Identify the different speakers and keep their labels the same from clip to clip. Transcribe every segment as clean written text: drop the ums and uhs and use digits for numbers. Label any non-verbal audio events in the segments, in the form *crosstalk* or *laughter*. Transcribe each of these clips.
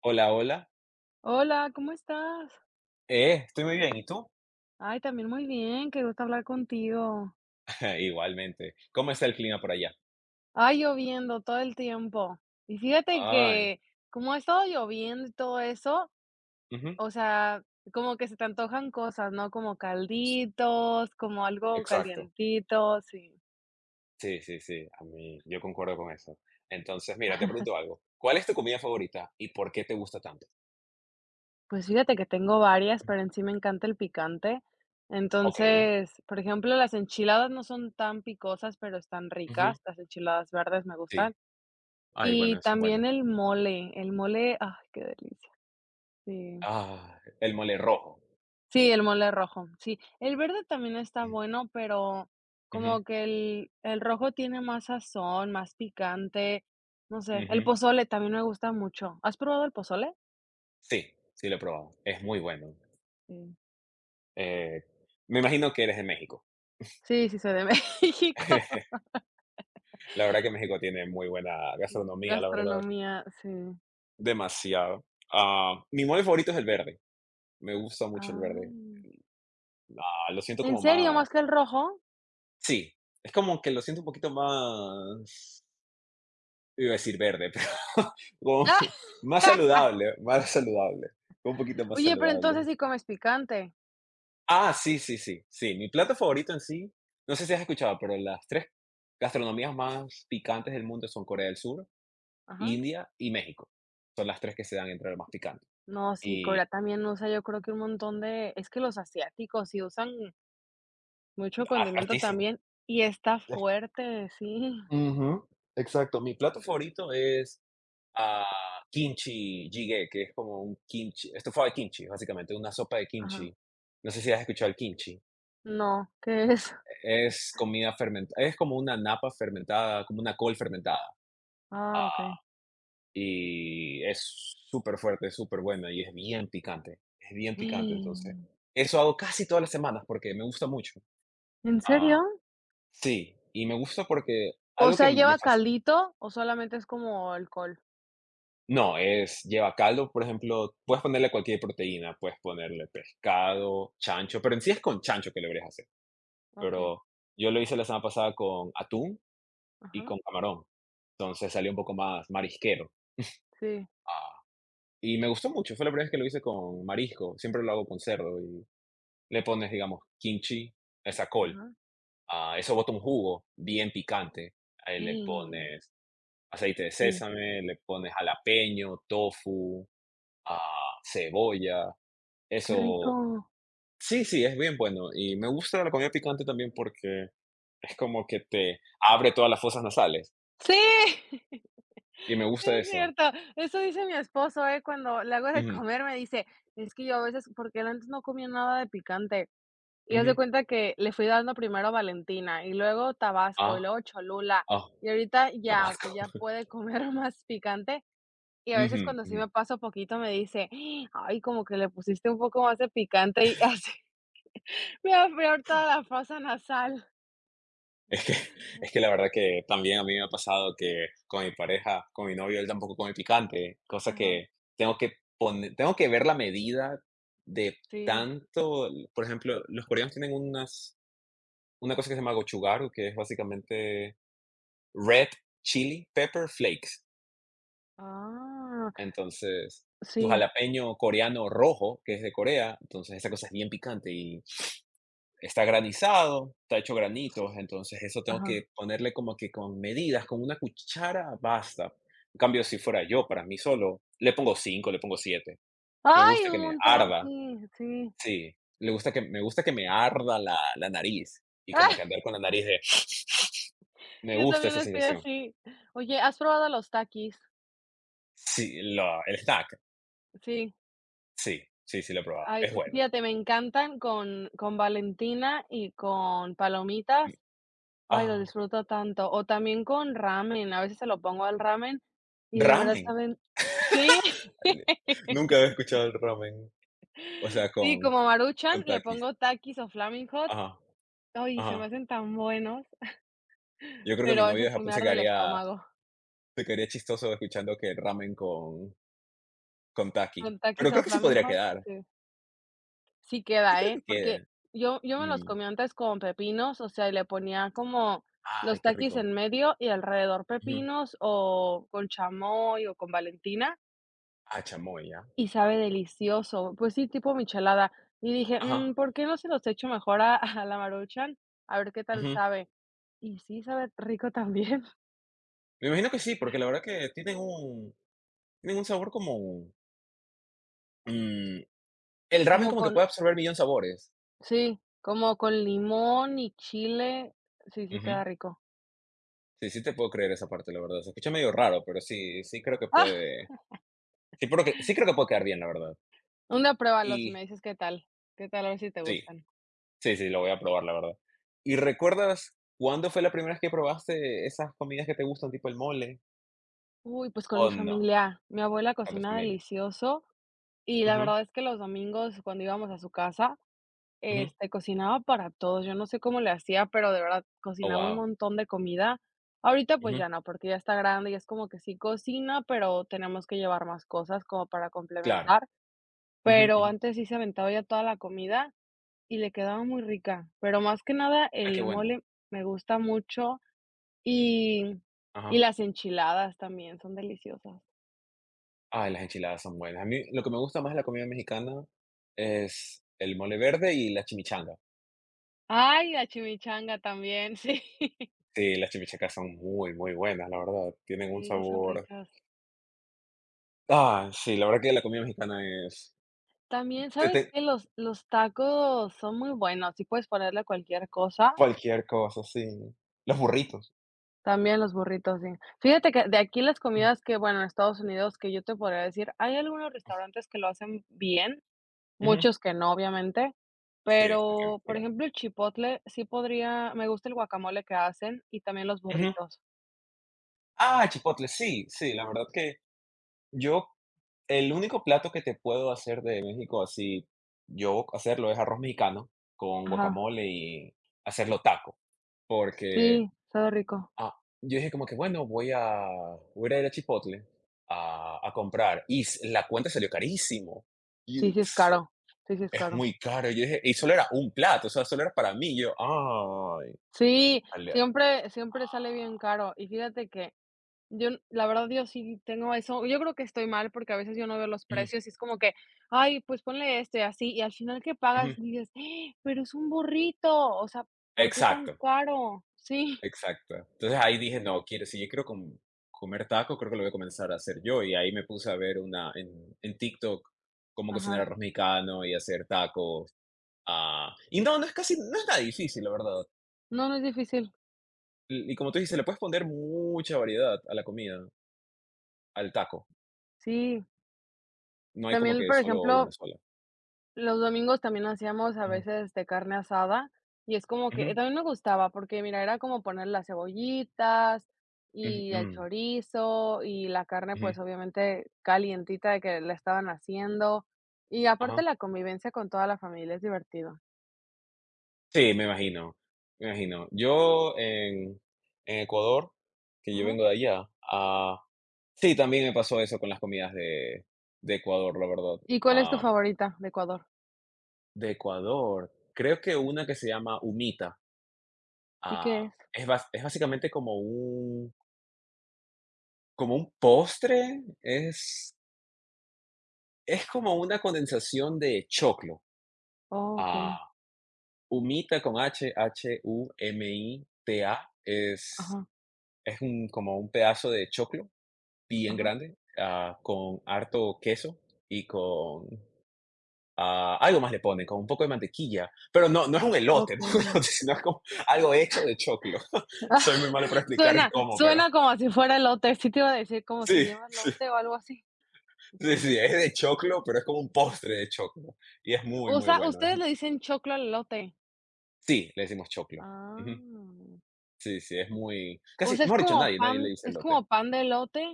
Speaker 1: Hola, hola.
Speaker 2: Hola, ¿cómo estás?
Speaker 1: Estoy muy bien, ¿y tú?
Speaker 2: Ay, también muy bien, qué gusto hablar contigo.
Speaker 1: *laughs* Igualmente. ¿Cómo está el clima por allá?
Speaker 2: Ay, lloviendo todo el tiempo. Y fíjate
Speaker 1: Ay,
Speaker 2: que como ha estado lloviendo y todo eso,
Speaker 1: ujú,
Speaker 2: o sea, como que se te antojan cosas, ¿no? Como calditos, como algo
Speaker 1: exacto.
Speaker 2: calientito, sí.
Speaker 1: Sí, sí, sí, a mí, yo concuerdo con eso. Entonces, mira, te pregunto algo. ¿Cuál es tu comida favorita y por qué te gusta tanto?
Speaker 2: Pues fíjate que tengo varias, pero en sí me encanta el picante.
Speaker 1: Ok.
Speaker 2: Entonces, por ejemplo, las enchiladas no son tan picosas, pero están
Speaker 1: Ujú.
Speaker 2: ricas. Las enchiladas verdes me gustan.
Speaker 1: Sí. Ay,
Speaker 2: Y
Speaker 1: bueno, son
Speaker 2: también
Speaker 1: buenas.
Speaker 2: el mole, ¡ay, qué delicia! Sí.
Speaker 1: Ah, el mole rojo.
Speaker 2: Sí, el mole rojo, sí. El verde también está bueno, pero
Speaker 1: Ujú,
Speaker 2: como que el rojo tiene más sazón, más picante, no sé. El
Speaker 1: ujú.
Speaker 2: pozole también me gusta mucho. ¿Has probado el pozole?
Speaker 1: Sí, sí lo he probado. Es muy bueno.
Speaker 2: Sí.
Speaker 1: Eh, Me imagino que eres de México.
Speaker 2: Sí, sí, soy de *laughs* México.
Speaker 1: *laughs* La verdad que México tiene muy buena
Speaker 2: Sí.
Speaker 1: gastronomía, la verdad.
Speaker 2: Gastronomía, sí.
Speaker 1: Demasiado. Ah, mi mole favorito es el verde. Me gusta mucho el verde.
Speaker 2: Ay.
Speaker 1: Ah, lo siento
Speaker 2: ¿En
Speaker 1: como
Speaker 2: serio,
Speaker 1: más,
Speaker 2: más que el rojo?
Speaker 1: sí, es como que lo siento un poquito más, iba a decir verde, pero *laughs* como
Speaker 2: *laughs*
Speaker 1: más saludable, un poquito más
Speaker 2: Oye, pero entonces
Speaker 1: saludable.
Speaker 2: sí comes picante.
Speaker 1: Ah, sí, sí, sí, sí, mi plato favorito en sí, no sé si has escuchado, pero las 3 gastronomías más picantes del mundo son Corea del Sur,
Speaker 2: Ajá.
Speaker 1: India y México. Son las 3 que se dan entre las más picantes
Speaker 2: No, sí,
Speaker 1: y,
Speaker 2: Corea también usa, yo creo que un montón de es que los asiáticos sí usan mucho
Speaker 1: ha
Speaker 2: condimento
Speaker 1: hartísimo.
Speaker 2: también, y está fuerte, sí.
Speaker 1: Ujú, exacto, mi plato favorito es a kimchi jjigae, que es como un kimchi, estofado de kimchi, básicamente, una sopa de
Speaker 2: Ajá.
Speaker 1: kimchi. No sé si has escuchado el kimchi.
Speaker 2: No, ¿qué es?
Speaker 1: Es comida fermentada, es como una napa fermentada, como una col fermentada.
Speaker 2: Ah,
Speaker 1: Ah,
Speaker 2: okey.
Speaker 1: y es súper fuerte, es súper buena y es bien picante, es bien picante. Entonces, eso hago casi todas las semanas porque me gusta mucho.
Speaker 2: ¿En serio?
Speaker 1: Ah, sí, y me gusta porque
Speaker 2: O
Speaker 1: algo que
Speaker 2: sea,
Speaker 1: me
Speaker 2: ¿lleva
Speaker 1: fascina.
Speaker 2: caldito o solamente es como alcohol?
Speaker 1: No, es lleva caldo, por ejemplo, puedes ponerle cualquier proteína, puedes ponerle pescado, chancho, pero en sí es con chancho que lo deberías hacer,
Speaker 2: Okey.
Speaker 1: pero yo lo hice la semana pasada con atún y
Speaker 2: Ajá.
Speaker 1: con camarón, entonces salió un poco más marisquero,
Speaker 2: Sí.
Speaker 1: ah, y me gustó mucho, fue la primera vez que lo hice con marisco, siempre lo hago con cerdo y le pones, digamos, kimchi, esa col,
Speaker 2: Ajá.
Speaker 1: ah, eso bota un jugo bien picante, ahí le
Speaker 2: Mm,
Speaker 1: pones aceite de
Speaker 2: sí,
Speaker 1: sésame, le pones jalapeño, tofu, ah, cebolla.
Speaker 2: qué
Speaker 1: Eso,
Speaker 2: rico.
Speaker 1: sí, sí, es bien bueno y me gusta la comida picante también porque es como que te abre todas las fosas nasales
Speaker 2: Sí, *laughs*
Speaker 1: y me gusta
Speaker 2: es
Speaker 1: eso.
Speaker 2: cierto. Eso dice mi esposo, ¿eh? Cuando le hago de
Speaker 1: Ujú,
Speaker 2: comer me dice: "Es que yo a veces", porque él antes no comía nada de picante. Y haz de
Speaker 1: ujú.
Speaker 2: cuenta que le fui dando primero Valentina, y luego Tabasco, y
Speaker 1: Ah,
Speaker 2: luego Cholula,
Speaker 1: ah,
Speaker 2: y ahorita ya, o
Speaker 1: Tabasco.
Speaker 2: sea, ya puede comer *laughs* más picante, y a
Speaker 1: *laughs* Ujú,
Speaker 2: veces cuando sí
Speaker 1: ujú.
Speaker 2: me paso poquito me dice: "Ay, como que le pusiste un poco más de picante", y *laughs* así me da peor toda la fosa nasal.
Speaker 1: Es que es que la verdad que también a mí me ha pasado que con mi pareja, con mi novio, él tampoco come picante, cosa
Speaker 2: Ajá,
Speaker 1: que tengo que tengo que ver la medida de
Speaker 2: sí.
Speaker 1: tanto, por ejemplo, los coreanos tienen una cosa que se llama gochugaru, que es básicamente red chili pepper flakes.
Speaker 2: Ah,
Speaker 1: Entonces, su
Speaker 2: sí,
Speaker 1: jalapeño coreano rojo, que es de Corea, entonces esa cosa es bien picante y está granizado, está hecho granitos, entonces eso tengo
Speaker 2: ajá.
Speaker 1: que ponerle como que con medidas, con una cuchara basta. En cambio, si fuera yo, para mí solo, le pongo cinco, le pongo siete. Me
Speaker 2: Ay,
Speaker 1: gusta
Speaker 2: un
Speaker 1: que me
Speaker 2: montón,
Speaker 1: arda,
Speaker 2: sí, sí.
Speaker 1: sí, le gusta que me arda la nariz y como que andar
Speaker 2: *laughs*
Speaker 1: con la nariz de, me
Speaker 2: Yo
Speaker 1: gusta
Speaker 2: también
Speaker 1: esa
Speaker 2: estoy
Speaker 1: sensación.
Speaker 2: así. Oye, ¿has probado los Takis?
Speaker 1: Sí, la el snack,
Speaker 2: Sí.
Speaker 1: sí, sí, sí lo he probado,
Speaker 2: Ay,
Speaker 1: es bueno.
Speaker 2: fíjate, me encantan con Valentina y con palomitas. Ay, lo
Speaker 1: Ah,
Speaker 2: disfruto tanto. O también con ramen, a veces se lo pongo al ramen y de verdad
Speaker 1: ramen,
Speaker 2: saben sí, *laughs*
Speaker 1: *laughs* nunca había escuchado el ramen, o sea,
Speaker 2: sí,
Speaker 1: con
Speaker 2: como Maruchan,
Speaker 1: con
Speaker 2: le
Speaker 1: Takis.
Speaker 2: pongo Takis o Flaming Hot.
Speaker 1: Ajá,
Speaker 2: Ay, se me
Speaker 1: ajá.
Speaker 2: hacen tan buenos,
Speaker 1: Yo creo que mi
Speaker 2: pero a
Speaker 1: novio
Speaker 2: veces
Speaker 1: de
Speaker 2: sí
Speaker 1: Japón
Speaker 2: me
Speaker 1: se
Speaker 2: arde el
Speaker 1: quedaría
Speaker 2: estómago.
Speaker 1: se quedaría chistoso escuchando que el ramen con Takis,
Speaker 2: Con Takis
Speaker 1: pero
Speaker 2: o
Speaker 1: creo que sí
Speaker 2: Flaming
Speaker 1: podría
Speaker 2: Hot,
Speaker 1: quedar.
Speaker 2: sí. Sí
Speaker 1: Sí
Speaker 2: queda,
Speaker 1: creo
Speaker 2: ¿eh?
Speaker 1: que
Speaker 2: Porque
Speaker 1: quede.
Speaker 2: yo me los
Speaker 1: Mm.
Speaker 2: comía antes con pepinos, o sea, y le ponía como
Speaker 1: Ay,
Speaker 2: los
Speaker 1: qué
Speaker 2: taquis en
Speaker 1: rico.
Speaker 2: medio y alrededor
Speaker 1: Ujú.
Speaker 2: pepinos, o con chamoy, o con Valentina,
Speaker 1: Ah, chamoy, ya.
Speaker 2: y sabe delicioso. Pues sí, tipo michelada. Y dije:
Speaker 1: Ajá,
Speaker 2: "Mm, ¿por qué no se los echo mejor a la Maruchan? A ver qué tal
Speaker 1: ujú.
Speaker 2: sabe". Y sí, sabe rico también, *laughs*
Speaker 1: Me imagino que sí, porque la verdad que tienen un sabor como, mm, el ramen
Speaker 2: como
Speaker 1: como que
Speaker 2: con
Speaker 1: puede absorber millón sabores.
Speaker 2: sí, como con limón y chile. Sí, sí queda
Speaker 1: Ujú.
Speaker 2: rico.
Speaker 1: Sí, sí te puedo creer esa parte, la verdad. Se escucha medio raro, pero sí, sí creo que
Speaker 2: ¡Ah!
Speaker 1: puede. Sí creo que puede quedar bien, la verdad.
Speaker 2: Una pruébalo si
Speaker 1: Y
Speaker 2: me dices qué tal, a ver si te
Speaker 1: sí,
Speaker 2: gustan.
Speaker 1: sí, sí, lo voy a probar, la verdad. ¿Y recuerdas cuándo fue la primera vez que probaste esas comidas que te gustan, tipo el mole?
Speaker 2: Uy, pues con
Speaker 1: ¿O
Speaker 2: mi
Speaker 1: no?
Speaker 2: familia. Mi abuela
Speaker 1: A tu
Speaker 2: cocina
Speaker 1: familia.
Speaker 2: delicioso y la
Speaker 1: Ujú,
Speaker 2: verdad es que los domingos cuando íbamos a su casa,
Speaker 1: ujú.
Speaker 2: este, cocinaba para todos. Yo no sé cómo le hacía, pero de verdad
Speaker 1: Oh,
Speaker 2: cocinaba un
Speaker 1: wow.
Speaker 2: montón de comida. Ahorita pues
Speaker 1: Ujú,
Speaker 2: ya no, porque ya está grande y es como que sí cocina, pero tenemos que llevar más cosas como para
Speaker 1: claro.
Speaker 2: complementar.
Speaker 1: Ujú,
Speaker 2: Pero
Speaker 1: ujú.
Speaker 2: antes sí se aventaba ya toda la comida y le quedaba muy rica. Pero más que nada
Speaker 1: Ay, qué
Speaker 2: el
Speaker 1: bueno.
Speaker 2: mole me gusta mucho y, y
Speaker 1: Ajá.
Speaker 2: las enchiladas también son deliciosas.
Speaker 1: Ay, las enchiladas son buenas. A mí lo que me gusta más de la comida mexicana es el mole verde y la chimichanga.
Speaker 2: Ay, la chimichanga también, sí. *laughs*
Speaker 1: Sí, las chimichangas son muy, muy buenas, la verdad. Tienen un
Speaker 2: Sí, sí son
Speaker 1: sabor.
Speaker 2: ricas.
Speaker 1: Ah, sí, la verdad que la comida mexicana es.
Speaker 2: También, ¿sabes qué? Los tacos son muy buenos, sí puedes ponerle cualquier cosa.
Speaker 1: Cualquier cosa, sí. Los burritos.
Speaker 2: También los burritos, sí. Fíjate que de aquí las
Speaker 1: Ujú.
Speaker 2: comidas que, bueno, en Estados Unidos, que yo te podría decir, hay algunos restaurantes que lo hacen bien,
Speaker 1: Ujú.
Speaker 2: muchos que no, obviamente,
Speaker 1: Sí, sí, sí,
Speaker 2: pero, por
Speaker 1: mira.
Speaker 2: ejemplo, el chipotle sí podría me gusta el guacamole que hacen y también los
Speaker 1: Ujú.
Speaker 2: burritos.
Speaker 1: Ah, chipotle, sí, sí, la verdad que yo el único plato que te puedo hacer de México así, yo hacerlo, es arroz mexicano con
Speaker 2: Ajá,
Speaker 1: guacamole y hacerlo taco, porque,
Speaker 2: sí, sabe rico.
Speaker 1: ah, yo dije como que, bueno, voy a ir a Chipotle a comprar, y s la cuenta salió carísimo, y
Speaker 2: Sí, sí es caro, sí, sí es
Speaker 1: es
Speaker 2: caro.
Speaker 1: muy caro, yo dije, y solo era un plato, o sea, solo era para mí, yo: "Ay".
Speaker 2: Sí, siempre siempre sale bien caro. Y fíjate que yo, la verdad, yo sí tengo eso. Yo creo que estoy mal, porque a veces yo no veo los
Speaker 1: Ujú,
Speaker 2: precios y es como que: "Ay, pues ponle esto", y así, y al final que pagas
Speaker 1: ujú.
Speaker 2: dices: pero es un burrito, o sea, ¿por qué tan
Speaker 1: Exacto,
Speaker 2: caro?". Sí,
Speaker 1: exacto. Entonces ahí dije, no, quiero, si yo quiero comer taco, creo que lo voy a comenzar a hacer yo. Y ahí me puse a ver una en TikTok cómo cocinar
Speaker 2: ajá.
Speaker 1: arroz mexicano y hacer tacos. Y no, no es casi, no es nada difícil, la verdad.
Speaker 2: No, no es difícil.
Speaker 1: Y como tú dices, le puedes poner mucha variedad a la comida, al taco.
Speaker 2: Sí,
Speaker 1: No hay como
Speaker 2: también,
Speaker 1: que
Speaker 2: por
Speaker 1: solo una
Speaker 2: ejemplo,
Speaker 1: sola.
Speaker 2: los domingos también hacíamos a
Speaker 1: Ujú,
Speaker 2: veces de carne asada, y es como que
Speaker 1: ujú,
Speaker 2: también me gustaba, porque mira, era como poner las cebollitas,
Speaker 1: ujú,
Speaker 2: y
Speaker 1: ujú,
Speaker 2: el chorizo, y la carne, pues,
Speaker 1: ujú.
Speaker 2: obviamente calientita de que la estaban haciendo, y
Speaker 1: Ajá.
Speaker 2: aparte la convivencia con toda la familia es divertido.
Speaker 1: Sí, me imagino, me imagino. Yo en Ecuador, que yo
Speaker 2: Ajá.
Speaker 1: vengo de allá, sí, también me pasó eso con las comidas de Ecuador, la verdad.
Speaker 2: ¿Y cuál es tu
Speaker 1: Ah,
Speaker 2: favorita de Ecuador?
Speaker 1: de Ecuador, creo que una que se llama humita,
Speaker 2: ¿Y
Speaker 1: ah,
Speaker 2: qué es?
Speaker 1: es bas es básicamente como un postre, es como una condensación de choclo.
Speaker 2: Oh, okey.
Speaker 1: Ah, humita con h, h-u-m-i-t-a, es
Speaker 2: Ajá,
Speaker 1: es un como un pedazo de choclo bien
Speaker 2: ajá,
Speaker 1: grande, ah, con harto queso y con ah, algo más le ponen, con un poco de mantequilla, pero no, no es un elote, *laughs*
Speaker 2: okey.
Speaker 1: no es, sino es como algo hecho de choclo. *laughs* Soy muy malo para
Speaker 2: *laughs*
Speaker 1: explicar
Speaker 2: Suena
Speaker 1: cómo, pero
Speaker 2: suena como si fuera elote, sí te iba a decir, como si
Speaker 1: sí,
Speaker 2: lleva
Speaker 1: sí,
Speaker 2: elote o algo así.
Speaker 1: sí, sí, es de choclo, pero es como un postre de choclo y es muy,
Speaker 2: O
Speaker 1: muy
Speaker 2: sea,
Speaker 1: bueno.
Speaker 2: ustedes le dicen choclo al elote.
Speaker 1: Sí, le decimos choclo.
Speaker 2: Ah.
Speaker 1: Ujú. Sí, sí, es muy,
Speaker 2: O
Speaker 1: casi,
Speaker 2: sea,
Speaker 1: mejor dicho, nadie, nadie le dice
Speaker 2: es
Speaker 1: elote.
Speaker 2: como pan de elote.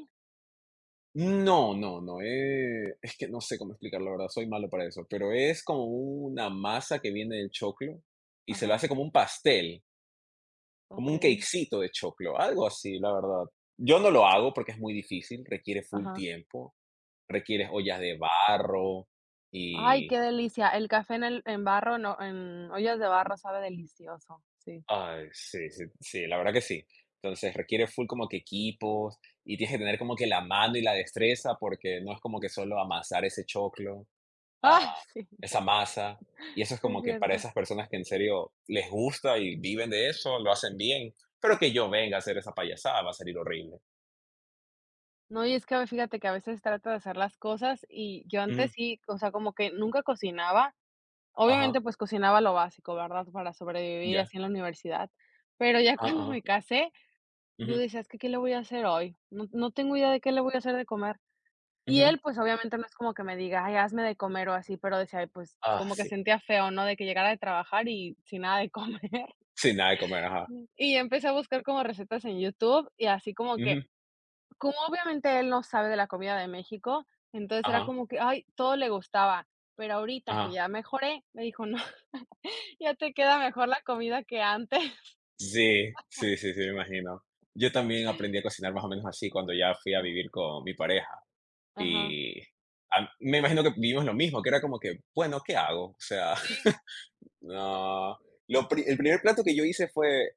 Speaker 1: No, no, no, es que no sé cómo explicarlo, la verdad, soy malo para eso, pero es como una masa que viene del choclo y se lo
Speaker 2: Ajá,
Speaker 1: hace como un pastel, como un
Speaker 2: okay,
Speaker 1: cakecito de choclo, algo así, la verdad. Yo no lo hago porque es muy difícil, requiere full
Speaker 2: ajá.
Speaker 1: tiempo, requiere ollas de barro
Speaker 2: Ay,
Speaker 1: y...
Speaker 2: qué delicia. El café en el en barro, no, en ollas de barro sabe delicioso. Sí.
Speaker 1: Ay, sí, sí, sí, la verdad que sí. Entonces requiere full como que equipos y tienes que tener como que la mano y la destreza porque no es como que solo amasar ese choclo.
Speaker 2: *laughs*
Speaker 1: Ah,
Speaker 2: Ay, sí,
Speaker 1: esa masa, y eso es
Speaker 2: sí es
Speaker 1: como que para
Speaker 2: cierto.
Speaker 1: esas personas que en serio les gusta y viven de eso, lo hacen bien, pero que yo venga a hacer esa payasada va a salir horrible.
Speaker 2: No, y es que fíjate que a veces trato de hacer las cosas y yo
Speaker 1: Ujú,
Speaker 2: antes sí, o sea, como que nunca cocinaba.
Speaker 1: ajá,
Speaker 2: Obviamente, pues cocinaba lo básico, ¿verdad? Para sobrevivir
Speaker 1: ya,
Speaker 2: así en la universidad. Pero ya *laughs*
Speaker 1: ajá,
Speaker 2: cuando me
Speaker 1: ajá,
Speaker 2: casé, yo
Speaker 1: ujú,
Speaker 2: decía: "Es que, ¿qué le voy a hacer hoy? No tengo idea de qué le voy a hacer de comer". Y
Speaker 1: ujú.
Speaker 2: él, pues, obviamente, no es como que me diga: "Ay, hazme de comer", o así, pero decía: "Ay, pues",
Speaker 1: Ah,
Speaker 2: como que
Speaker 1: sí,
Speaker 2: sentía feo, ¿no? De que llegara de trabajar y sin nada de comer. *laughs*
Speaker 1: sin nada de comer, ajá,
Speaker 2: Y empecé a buscar como recetas en YouTube, y así como que
Speaker 1: ujú,
Speaker 2: como obviamente él no sabe de la comida de México, entonces era
Speaker 1: ajá,
Speaker 2: como que, ay, todo le gustaba. Pero ahorita que
Speaker 1: ajá.
Speaker 2: ya mejoré, me dijo: "No, *laughs* ya te queda mejor la comida que antes".
Speaker 1: Sí, sí, sí, sí, me imagino. Yo también aprendí a cocinar más o menos así cuando ya fui a vivir con mi pareja
Speaker 2: Ajá.
Speaker 1: y, me imagino que vivimos lo mismo, que era como que, bueno, ¿qué hago? O sea
Speaker 2: Sí.
Speaker 1: *laughs* no. El primer plato que yo hice fue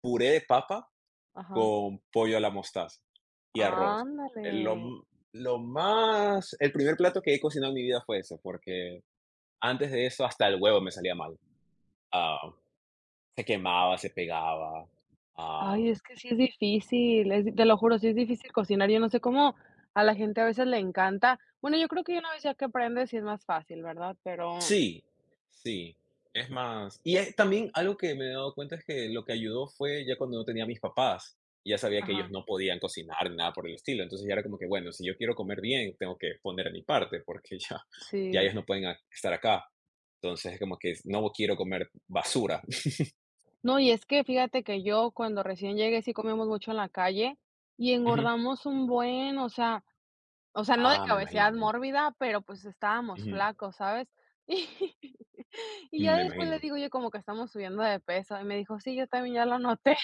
Speaker 1: puré de papa
Speaker 2: Ajá.
Speaker 1: con pollo a la mostaza y arroz.
Speaker 2: Ándale.
Speaker 1: Lo, m- lo más, el primer plato que he cocinado en mi vida fue ese, porque antes de eso hasta el huevo me salía mal. Ah, se quemaba, se pegaba. ah,
Speaker 2: Ay, es que sí es difícil, es te lo juro, sí es difícil cocinar. Yo no sé cómo a la gente a veces le encanta. Bueno, yo creo que una vez ya que aprendes, sí es más fácil, ¿verdad? Pero
Speaker 1: Sí, sí, es más y es también algo que me he dado cuenta es que lo que ayudó fue ya cuando no tenía a mis papás, y ya sabía que ellos
Speaker 2: ajá,
Speaker 1: no podían cocinar ni nada por el estilo, entonces ya era como que, bueno, si yo quiero comer bien, tengo que poner de mi parte, porque *laughs* ya
Speaker 2: sí.
Speaker 1: ellos no pueden a estar acá. Entonces, es como que no quiero comer basura. *laughs*
Speaker 2: No, y es que fíjate que yo cuando recién llegué sí comíamos mucho en la calle y
Speaker 1: Ujú.
Speaker 2: engordamos un buen, o sea, o sea, no de
Speaker 1: Ah,
Speaker 2: que
Speaker 1: me imagino,
Speaker 2: obesidad
Speaker 1: me imagino.
Speaker 2: mórbida, pero, pues, estábamos
Speaker 1: Ujú,
Speaker 2: flacos, ¿sabes? *laughs* Y ya
Speaker 1: me
Speaker 2: después le
Speaker 1: imagino.
Speaker 2: digo: yo como que estamos subiendo de peso", y me dijo: "Sí, yo también ya lo noté".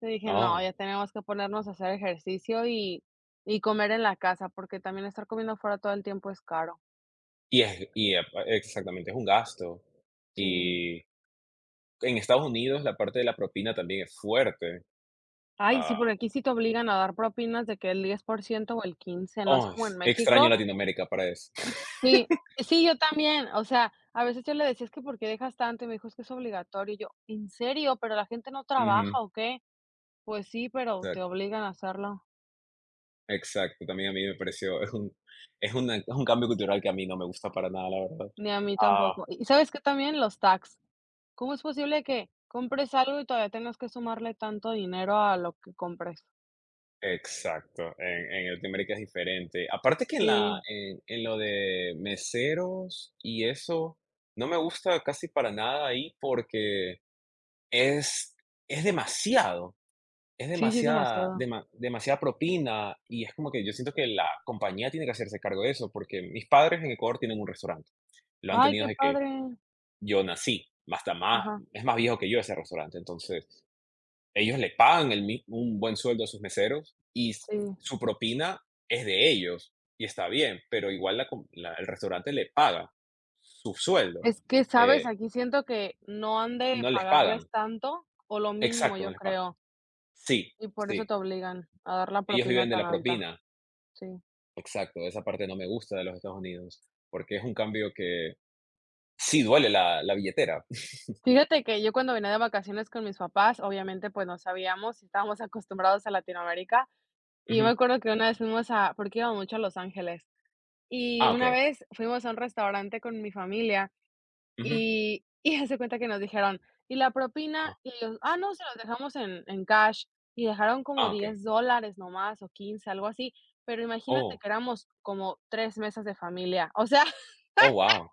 Speaker 2: Yo dije: "No, ya
Speaker 1: Oh,
Speaker 2: tenemos que ponernos a hacer ejercicio y comer en la casa", porque también estar comiendo fuera todo el tiempo es caro.
Speaker 1: y epa, exactamente, es un gasto.
Speaker 2: Sí.
Speaker 1: Y en Estados Unidos la parte de la propina también es fuerte,
Speaker 2: Ay,
Speaker 1: ah
Speaker 2: sí, por aquí sí te obligan a dar propinas de que el 10% o el 15, no es
Speaker 1: oh,
Speaker 2: como en
Speaker 1: es extraño
Speaker 2: México.
Speaker 1: Latinoamérica para eso. *laughs*
Speaker 2: Sí, sí, yo también, o sea, a veces yo le decía: "Es que, ¿por qué dejas tanto?", y me dijo: "Es que es obligatorio", y yo: "¿En serio? ¿Pero la gente no
Speaker 1: Ujú,
Speaker 2: trabaja o qué?". Pues sí, pero te
Speaker 1: exac
Speaker 2: obligan a hacerlo.
Speaker 1: exacto, también a mí me pareció, es un es una es un cambio cultural que a mí no me gusta para nada, la verdad.
Speaker 2: Ni a mí
Speaker 1: Ah,
Speaker 2: tampoco. ¿Y sabes qué también? Los tax, ¿cómo es posible que compres algo y todavía tengas que sumarle tanto dinero a lo que compres?
Speaker 1: exacto, en Latinoamérica es diferente. Aparte que en la
Speaker 2: Sí,
Speaker 1: en lo de meseros y eso, no me gusta casi para nada ahí porque es es demasiado, es
Speaker 2: sí, sí es
Speaker 1: demasiada
Speaker 2: demasiado.
Speaker 1: dema demasiada propina y es como que yo siento que la compañía tiene que hacerse cargo de eso, porque mis padres en Ecuador tienen un restaurante. Lo han
Speaker 2: Ay,
Speaker 1: tenido
Speaker 2: qué
Speaker 1: desde que
Speaker 2: padre.
Speaker 1: yo nací. Hasta más,
Speaker 2: Ajá,
Speaker 1: es más viejo que yo ese restaurante. Entonces, ellos le pagan un buen sueldo a sus meseros y
Speaker 2: sí.
Speaker 1: su propina es de ellos y está bien, pero igual el restaurante le paga su sueldo.
Speaker 2: Es que, ¿sabes?
Speaker 1: eh,
Speaker 2: Aquí siento que no han de
Speaker 1: no les pagan.
Speaker 2: pagarles tanto o lo mínimo,
Speaker 1: Exacto, no
Speaker 2: yo
Speaker 1: les pagan.
Speaker 2: creo,
Speaker 1: Sí,
Speaker 2: y por
Speaker 1: sí.
Speaker 2: eso te obligan a dar la
Speaker 1: Ellos
Speaker 2: propina
Speaker 1: viven de
Speaker 2: tan
Speaker 1: la
Speaker 2: alta.
Speaker 1: propina.
Speaker 2: Sí.
Speaker 1: Exacto. Esa parte no me gusta de los Estados Unidos porque es un cambio que sí duele la billetera. *laughs*
Speaker 2: Fíjate que yo cuando venía de vacaciones con mis papás, obviamente, pues, no sabíamos, estábamos acostumbrados a Latinoamérica, y yo
Speaker 1: Ujú.
Speaker 2: me acuerdo que una vez fuimos a porque íbamos mucho a Los Ángeles, y
Speaker 1: Ah, ok,
Speaker 2: una
Speaker 1: ok.
Speaker 2: vez fuimos a un restaurante con mi familia
Speaker 1: Ujú.
Speaker 2: y *laughs* y haz cuenta que nos dijeron: "¿Y la propina?".
Speaker 1: Ah,
Speaker 2: Y los "Ah, no, se los dejamos en cash". Y dejaron como
Speaker 1: ah, ok.
Speaker 2: $10 nomás o 15 algo así. Pero imagínate
Speaker 1: Oh,
Speaker 2: que éramos como 3 mesas de familia, o sea, *laughs*
Speaker 1: oh, wow.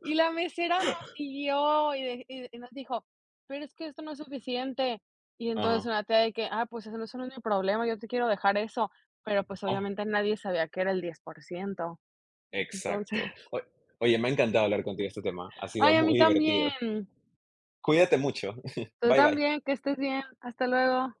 Speaker 2: y la mesera nos siguió y de y nos dijo: "Pero es que esto no es suficiente". Y entonces
Speaker 1: Ajá.
Speaker 2: una tía de que: "Ah, pues eso no es mi problema, yo te quiero dejar eso". Pero, pues,
Speaker 1: Oh,
Speaker 2: obviamente nadie sabía que era el 10%. Entonces
Speaker 1: exacto. Oye, me ha encantado hablar contigo de este tema. Ha sido
Speaker 2: ay, a mí
Speaker 1: muy divertido.
Speaker 2: también.
Speaker 1: Cuídate mucho. *laughs*
Speaker 2: Tú
Speaker 1: Bye bye.
Speaker 2: también, que estés bien. Hasta luego.